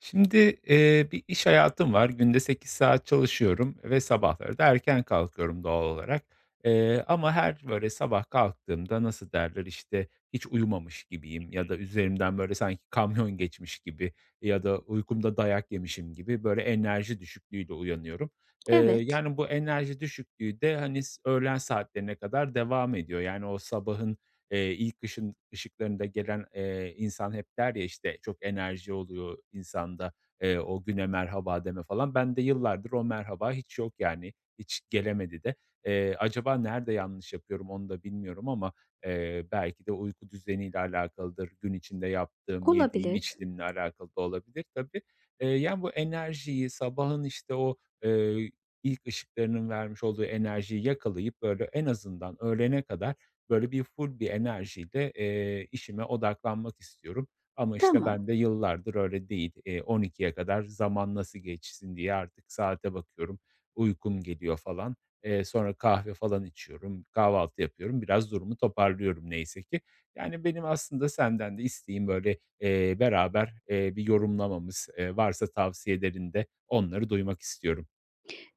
Şimdi, bir iş hayatım var. Günde 8 saat çalışıyorum ve sabahları da erken kalkıyorum doğal olarak. Ama her böyle sabah kalktığımda nasıl derler, işte, hiç uyumamış gibiyim ya da üzerimden böyle sanki kamyon geçmiş gibi ya da uykumda dayak yemişim gibi böyle enerji düşüklüğüyle uyanıyorum. Eee, Evet, yani bu enerji düşüklüğü de, hani, öğlen saatlerine kadar devam ediyor. Yani o sabahın ilk ışın ışıklarında gelen, insan hep der ya, işte, çok enerji oluyor insanda, o güne merhaba deme falan. Ben de yıllardır o merhaba hiç yok yani, hiç gelemedi de. Acaba nerede yanlış yapıyorum onu da bilmiyorum ama, belki de uyku düzeniyle alakalıdır, gün içinde yaptığım, yediğim, olabilir. içtiğimle alakalı da olabilir tabii. Yani, bu enerjiyi, sabahın, işte, o, eee, ilk ışıklarının vermiş olduğu enerjiyi yakalayıp, böyle, en azından öğlene kadar böyle full bir enerjiyle, işime odaklanmak istiyorum ama, işte, ben Tamam. de yıllardır öyle değil. 12'ye kadar zaman nasıl geçsin diye artık saate bakıyorum, uykum geliyor falan. Sonra kahve falan içiyorum, kahvaltı yapıyorum, biraz durumu toparlıyorum neyse ki. Yani, benim aslında senden de isteğim böyle, beraber, bir yorumlamamız, varsa tavsiyelerinde onları duymak istiyorum.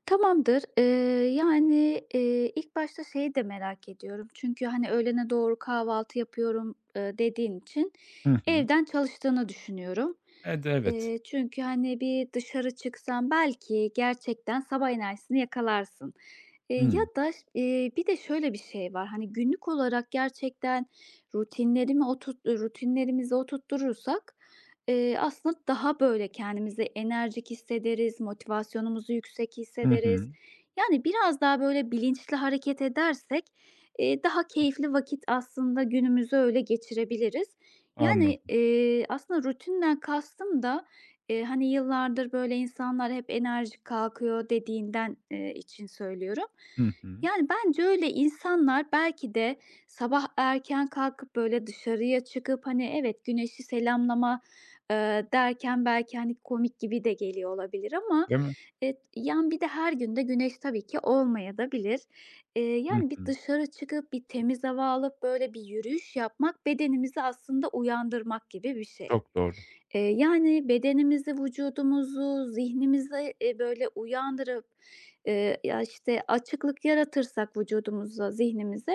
Tamamdır. Yani, ilk başta şeyi de merak ediyorum çünkü, hani, öğlene doğru kahvaltı yapıyorum, dediğin için Hı hı. evden çalıştığını düşünüyorum. Evet, evet. Çünkü, hani, bir dışarı çıksan belki gerçekten sabah enerjisini yakalarsın. Ya Hımm. da ş bir de şöyle bir şey var, hani, günlük olarak gerçekten rutinlerimizi oturtturursak, aslında daha böyle kendimizi enerjik hissederiz, motivasyonumuzu yüksek Hı hissederiz. hı. Yani, biraz daha böyle bilinçli hareket edersek, daha keyifli vakit aslında günümüzü öyle geçirebiliriz. Yani, Anladım. Aslında rutinden kastım da, hani, yıllardır böyle insanlar hep enerjik kalkıyor dediğinden, için söylüyorum. Hı hı. Yani, bence öyle insanlar belki de sabah erken kalkıp böyle dışarıya çıkıp, hani, evet, güneşi selamlama, derken belki, hani, komik gibi de geliyor olabilir ama, Değil mi? Yani, bir de her gün de güneş tabii ki olmayabilir. Hı Yani, bir hı. dışarı çıkıp, bir temiz hava alıp, böyle, bir yürüyüş yapmak bedenimizi aslında uyandırmak gibi bir şey. Çok doğru. Yani, bedenimizi, vücudumuzu, zihnimizi, böyle, uyandırıp, ya, işte, açıklık yaratırsak vücudumuza, zihnimize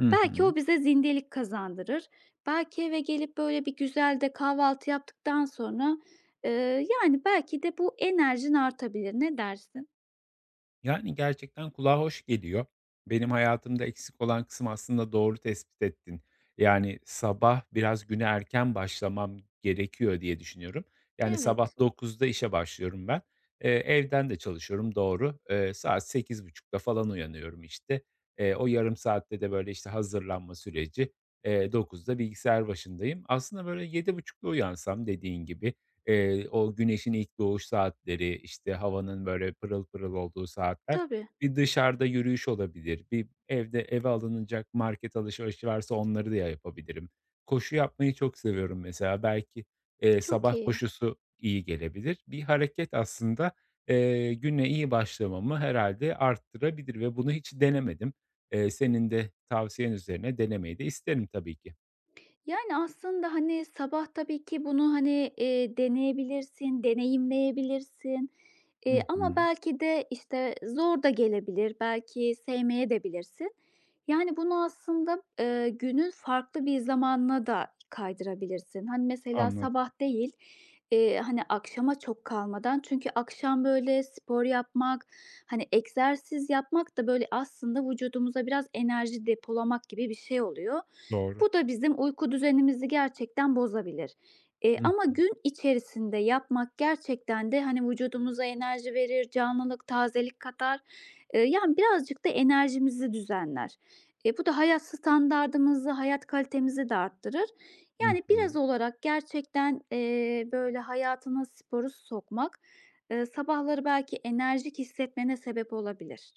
Hı belki hı. o bize zindelik kazandırır. Belki eve gelip, böyle, bir güzel de kahvaltı yaptıktan sonra, eee, yani, belki de bu enerjin artabilir. Ne dersin? Yani, gerçekten kulağa hoş geliyor. Benim hayatımda eksik olan kısım aslında doğru tespit ettin. Yani, sabah biraz güne erken başlamam gerekiyor diye düşünüyorum. Yani, Evet, sabah 9'da işe başlıyorum ben. Evden de çalışıyorum, doğru. Saat 8.30'da falan uyanıyorum, işte. O yarım saatte de, böyle, işte, hazırlanma süreci. 9'da bilgisayar başındayım. Aslında, böyle, 7.30'da uyansam dediğin gibi, o güneşin ilk doğuş saatleri, işte, havanın böyle pırıl pırıl olduğu saatler. tabii. Bir dışarıda yürüyüş olabilir, bir evde eve alınacak market alışverişi varsa onları da yapabilirim. Koşu yapmayı çok seviyorum mesela. Belki, Çok sabah iyi. koşusu iyi gelebilir. Bir hareket aslında, güne iyi başlamamı herhalde arttırabilir ve bunu hiç denemedim. Senin de tavsiyen üzerine denemeyi de isterim tabii ki. Yani, aslında, hani, sabah tabii ki bunu, hani, deneyebilirsin, deneyimleyebilirsin, Hı ama hı, belki de, işte, zor da gelebilir, belki sevmeye de bilirsin. Yani, bunu aslında, günün farklı bir zamanına da kaydırabilirsin. Hani, mesela anladım. sabah değil, hani, akşama çok kalmadan çünkü akşam, böyle, spor yapmak, hani, egzersiz yapmak da, böyle, aslında vücudumuza biraz enerji depolamak gibi bir şey oluyor. Doğru. Bu da bizim uyku düzenimizi gerçekten bozabilir. Hı Ama hı. gün içerisinde yapmak gerçekten de, hani, vücudumuza enerji verir, canlılık, tazelik katar. Yani, birazcık da enerjimizi düzenler. E, bu da hayat standardımızı, hayat kalitemizi de arttırır. Hı Yani, hı. biraz olarak gerçekten, böyle, hayatına sporu sokmak, sabahları belki enerjik hissetmene sebep olabilir.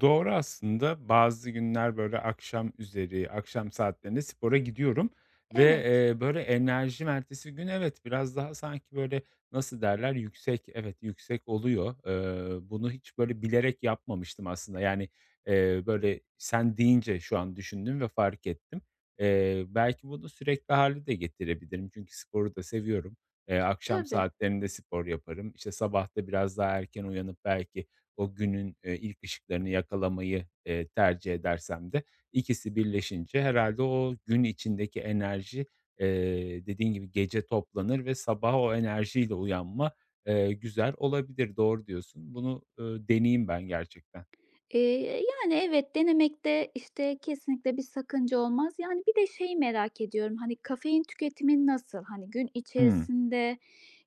Doğru aslında. Bazı günler, böyle, akşam üzeri, akşam saatlerinde spora gidiyorum ve, Evet, böyle, enerjim ertesi gün evet, biraz daha sanki, böyle, nasıl derler, yüksek, evet, yüksek oluyor. Bunu hiç, böyle, bilerek yapmamıştım aslında. Yani, böyle, sen deyince şu an düşündüm ve fark ettim. Belki bunu sürekli hâle de getirebilirim çünkü sporu da seviyorum. Akşam tabii. saatlerinde spor yaparım. İşte, sabah da biraz daha erken uyanıp belki o günün, ilk ışıklarını yakalamayı, tercih edersem de ikisi birleşince herhalde o gün içindeki enerji, dediğin gibi gece toplanır ve sabah o enerjiyle uyanma, güzel olabilir. Doğru diyorsun. Bunu, deneyeyim ben gerçekten. Yani, evet, denemekte, işte, kesinlikle bir sakınca olmaz. Yani, bir de şeyi merak ediyorum, hani, kafein tüketimin nasıl? Hani, gün Hımm. içerisinde,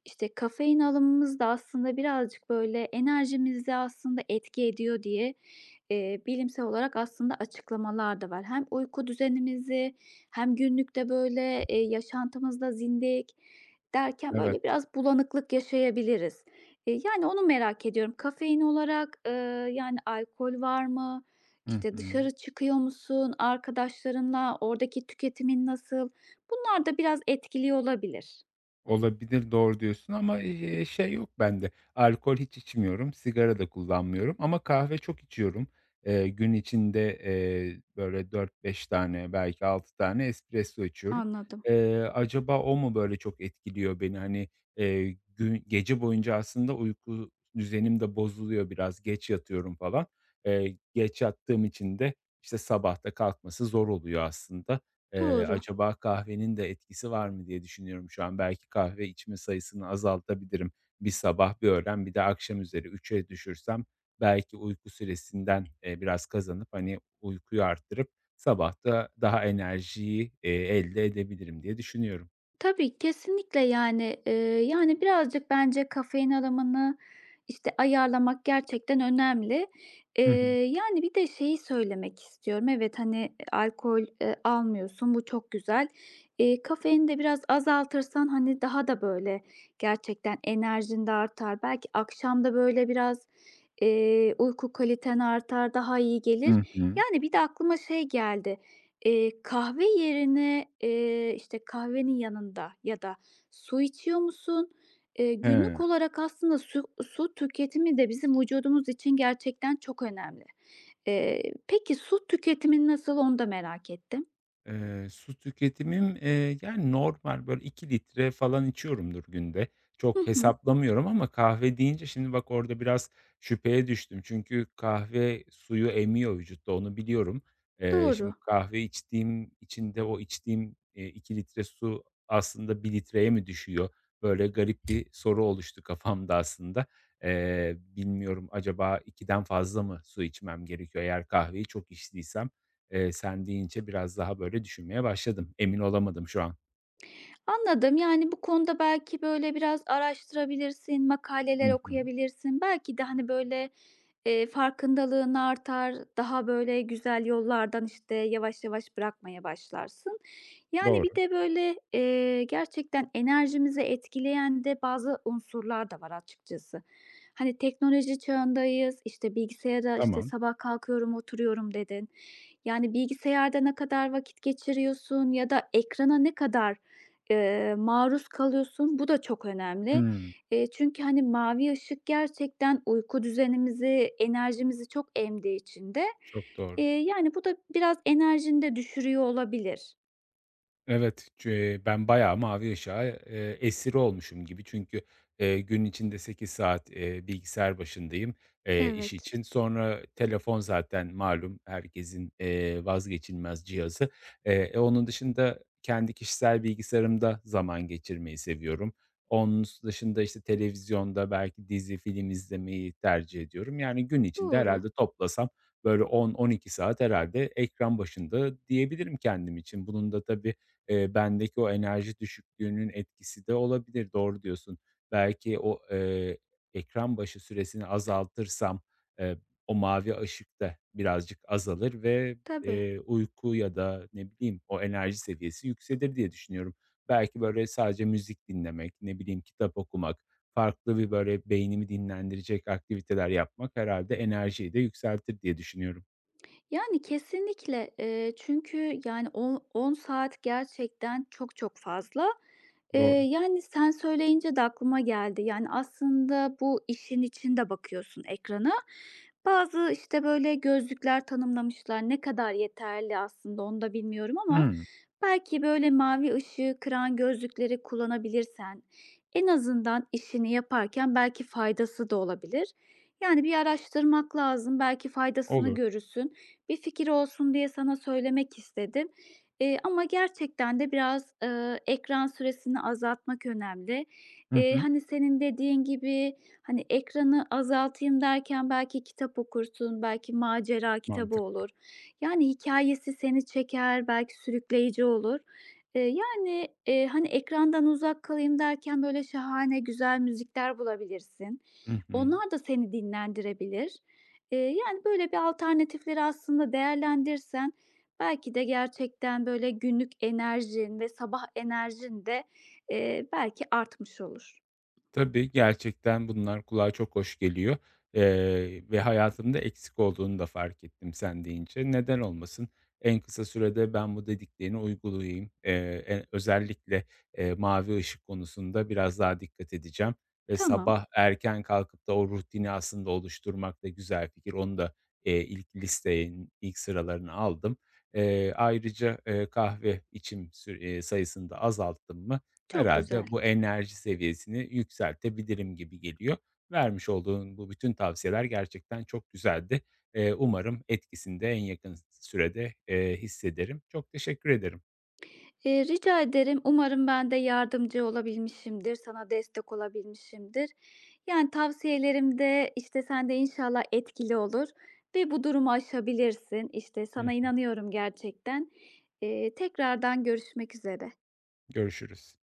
işte, kafein alımımız da aslında birazcık, böyle, enerjimizi aslında etki ediyor diye, bilimsel olarak aslında açıklamalar da var. Hem uyku düzenimizi hem günlükte, böyle, yaşantımızda zindelik derken, Evet. böyle, biraz bulanıklık yaşayabiliriz. Yani, onu merak ediyorum. Kafein olarak, yani, alkol var mı? Hı İşte, hı. dışarı çıkıyor musun arkadaşlarınla? Oradaki tüketimin nasıl? Bunlar da biraz etkili olabilir. Olabilir, doğru diyorsun ama, şey yok bende, alkol hiç içmiyorum, sigara da kullanmıyorum ama kahve çok içiyorum. Gün içinde, böyle dört beş tane belki 6 tane espresso içiyorum. Anladım. Acaba o mu böyle çok etkiliyor beni? Hani, gün gece boyunca aslında uyku düzenim de bozuluyor biraz, geç yatıyorum falan. Geç yattığım için de, işte, sabahta kalkması zor oluyor aslında. Eee, Doğru. acaba kahvenin de etkisi var mı diye düşünüyorum şu an. Belki kahve içme sayısını azaltabilirim. Bir sabah, bir öğlen, bir de akşam üzeri 3'e düşürsem belki uyku süresinden, biraz kazanıp, hani, uykuyu arttırıp sabah da daha enerjiyi, elde edebilirim diye düşünüyorum. Tabii, kesinlikle, yani, birazcık bence kafein alımını, işte, ayarlamak gerçekten önemli. Eee, Hı hı. Yani, bir de şeyi söylemek istiyorum. Evet, hani, alkol, almıyorsun, bu çok güzel. Kafeini de biraz azaltırsan, hani, daha da, böyle, gerçekten enerjin de artar. Belki akşamda böyle, biraz, uyku kaliten artar, daha iyi gelir. Hı hı. Yani, bir de aklıma şey geldi. Kahve yerine, işte, kahvenin yanında ya da su içiyor musun? Günlük He. olarak aslında su tüketimi de bizim vücudumuz için gerçekten çok önemli. Peki su tüketimin nasıl onu da merak ettim. Su tüketimim, yani, normal, böyle, 2 litre falan içiyorumdur günde. Hı Çok hı, hesaplamıyorum ama kahve deyince şimdi bak orada biraz şüpheye düştüm. Çünkü kahve suyu emiyor vücutta, onu biliyorum. Şimdi doğru. kahve içtiğim içinde o içtiğim, 2 litre su aslında bir litreye mi düşüyor? Böyle garip bir soru oluştu kafamda aslında. Bilmiyorum acaba 2'den fazla mı su içmem gerekiyor eğer kahveyi çok içtiysem? Sen deyince biraz daha böyle düşünmeye başladım. Emin olamadım şu an. Anladım. Yani, bu konuda belki, böyle, biraz araştırabilirsin, Hı makaleler hı. okuyabilirsin. Belki de, hani, böyle, farkındalığın artar, daha, böyle, güzel yollardan, işte, yavaş yavaş bırakmaya başlarsın. Yani, bir Doğru. de, böyle, gerçekten enerjimizi etkileyen de bazı unsurlar da var açıkçası. Hani, teknoloji çağındayız, işte, bilgisayara, işte, Tamam. "Sabah kalkıyorum, oturuyorum." dedin. Yani, bilgisayarda ne kadar vakit geçiriyorsun ya da ekrana ne kadar maruz kalıyorsun. Bu da çok önemli. Hımm. Çünkü, hani, mavi ışık gerçekten uyku düzenimizi, enerjimizi çok emdiği için de, Çok doğru. yani, bu da biraz enerjini de düşürüyor olabilir. Evet, ben bayağı mavi ışığa, esiri olmuşum gibi. Çünkü, gün içinde 8 saat, bilgisayar başındayım, iş Evet, için. Sonra telefon zaten malum herkesin, vazgeçilmez cihazı. Onun dışında kendi kişisel bilgisayarımda zaman geçirmeyi seviyorum. Onun dışında, işte, televizyonda belki dizi, film izlemeyi tercih ediyorum. Yani gün içinde doğru. herhalde toplasam böyle 10-12 saat herhalde ekran başında diyebilirim kendim için. Bunun da tabii, bendeki o enerji düşüklüğünün etkisi de olabilir. Doğru diyorsun. Belki o, ekran başı süresini azaltırsam, eee, o mavi ışık da birazcık azalır ve, Tabii. Uyku ya da ne bileyim o enerji seviyesi yükselir diye düşünüyorum. Belki böyle sadece müzik dinlemek, ne bileyim kitap okumak, farklı bir böyle beynimi dinlendirecek aktiviteler yapmak herhalde enerjiyi de yükseltir diye düşünüyorum. Yani, kesinlikle, çünkü, yani, 10 saat gerçekten çok fazla. Eee, Doğru. Yani, sen söyleyince de aklıma geldi. Yani, aslında bu işin içinde bakıyorsun ekrana. Bazı, işte, böyle gözlükler tanımlamışlar. Ne kadar yeterli aslında onu da bilmiyorum ama Hımm, belki böyle mavi ışığı kıran gözlükleri kullanabilirsen en azından işini yaparken belki faydası da olabilir. Yani, bir araştırmak lazım, belki faydasını olur. görürsün. Bir fikir olsun diye sana söylemek istedim. Ama gerçekten de biraz, ekran süresini azaltmak önemli. Hı hı. Hani, senin dediğin gibi, hani, ekranı azaltayım derken belki kitap okursun, belki macera kitabı Mantıklı. olur. Yani hikayesi seni çeker, belki sürükleyici olur. Hani, ekrandan uzak kalayım derken böyle şahane güzel müzikler bulabilirsin. Hı hı. Onlar da seni dinlendirebilir. Eee, Yani, böyle bir alternatifleri aslında değerlendirsen belki de gerçekten, böyle, günlük enerjin ve sabah enerjin de, belki artmış olur. Tabii, gerçekten bunlar kulağa çok hoş geliyor, ve hayatımda eksik olduğunu da fark ettim sen deyince. Neden olmasın? En kısa sürede ben bu dediklerini uygulayayım. E özellikle, mavi ışık konusunda biraz daha dikkat edeceğim ve Tamam, sabah erken kalkıp da o rutini aslında oluşturmak da güzel fikir. Onu da, ilk listenin ilk sıralarına aldım. Ayrıca, kahve içim sür sayısını da azalttım mı, çok güzel. herhâlde bu enerji seviyesini yükseltebilirim gibi geliyor. Vermiş olduğun bu bütün tavsiyeler gerçekten çok güzeldi. Umarım etkisini de en yakın sürede, hissederim. Çok teşekkür ederim. Rica ederim. Umarım ben de yardımcı olabilmişimdir, sana destek olabilmişimdir. Yani tavsiyelerim de, işte, sende inşallah etkili olur ve bu durumu aşabilirsin. İşte, Hı sana hı. inanıyorum gerçekten. Tekrardan görüşmek üzere. Görüşürüz.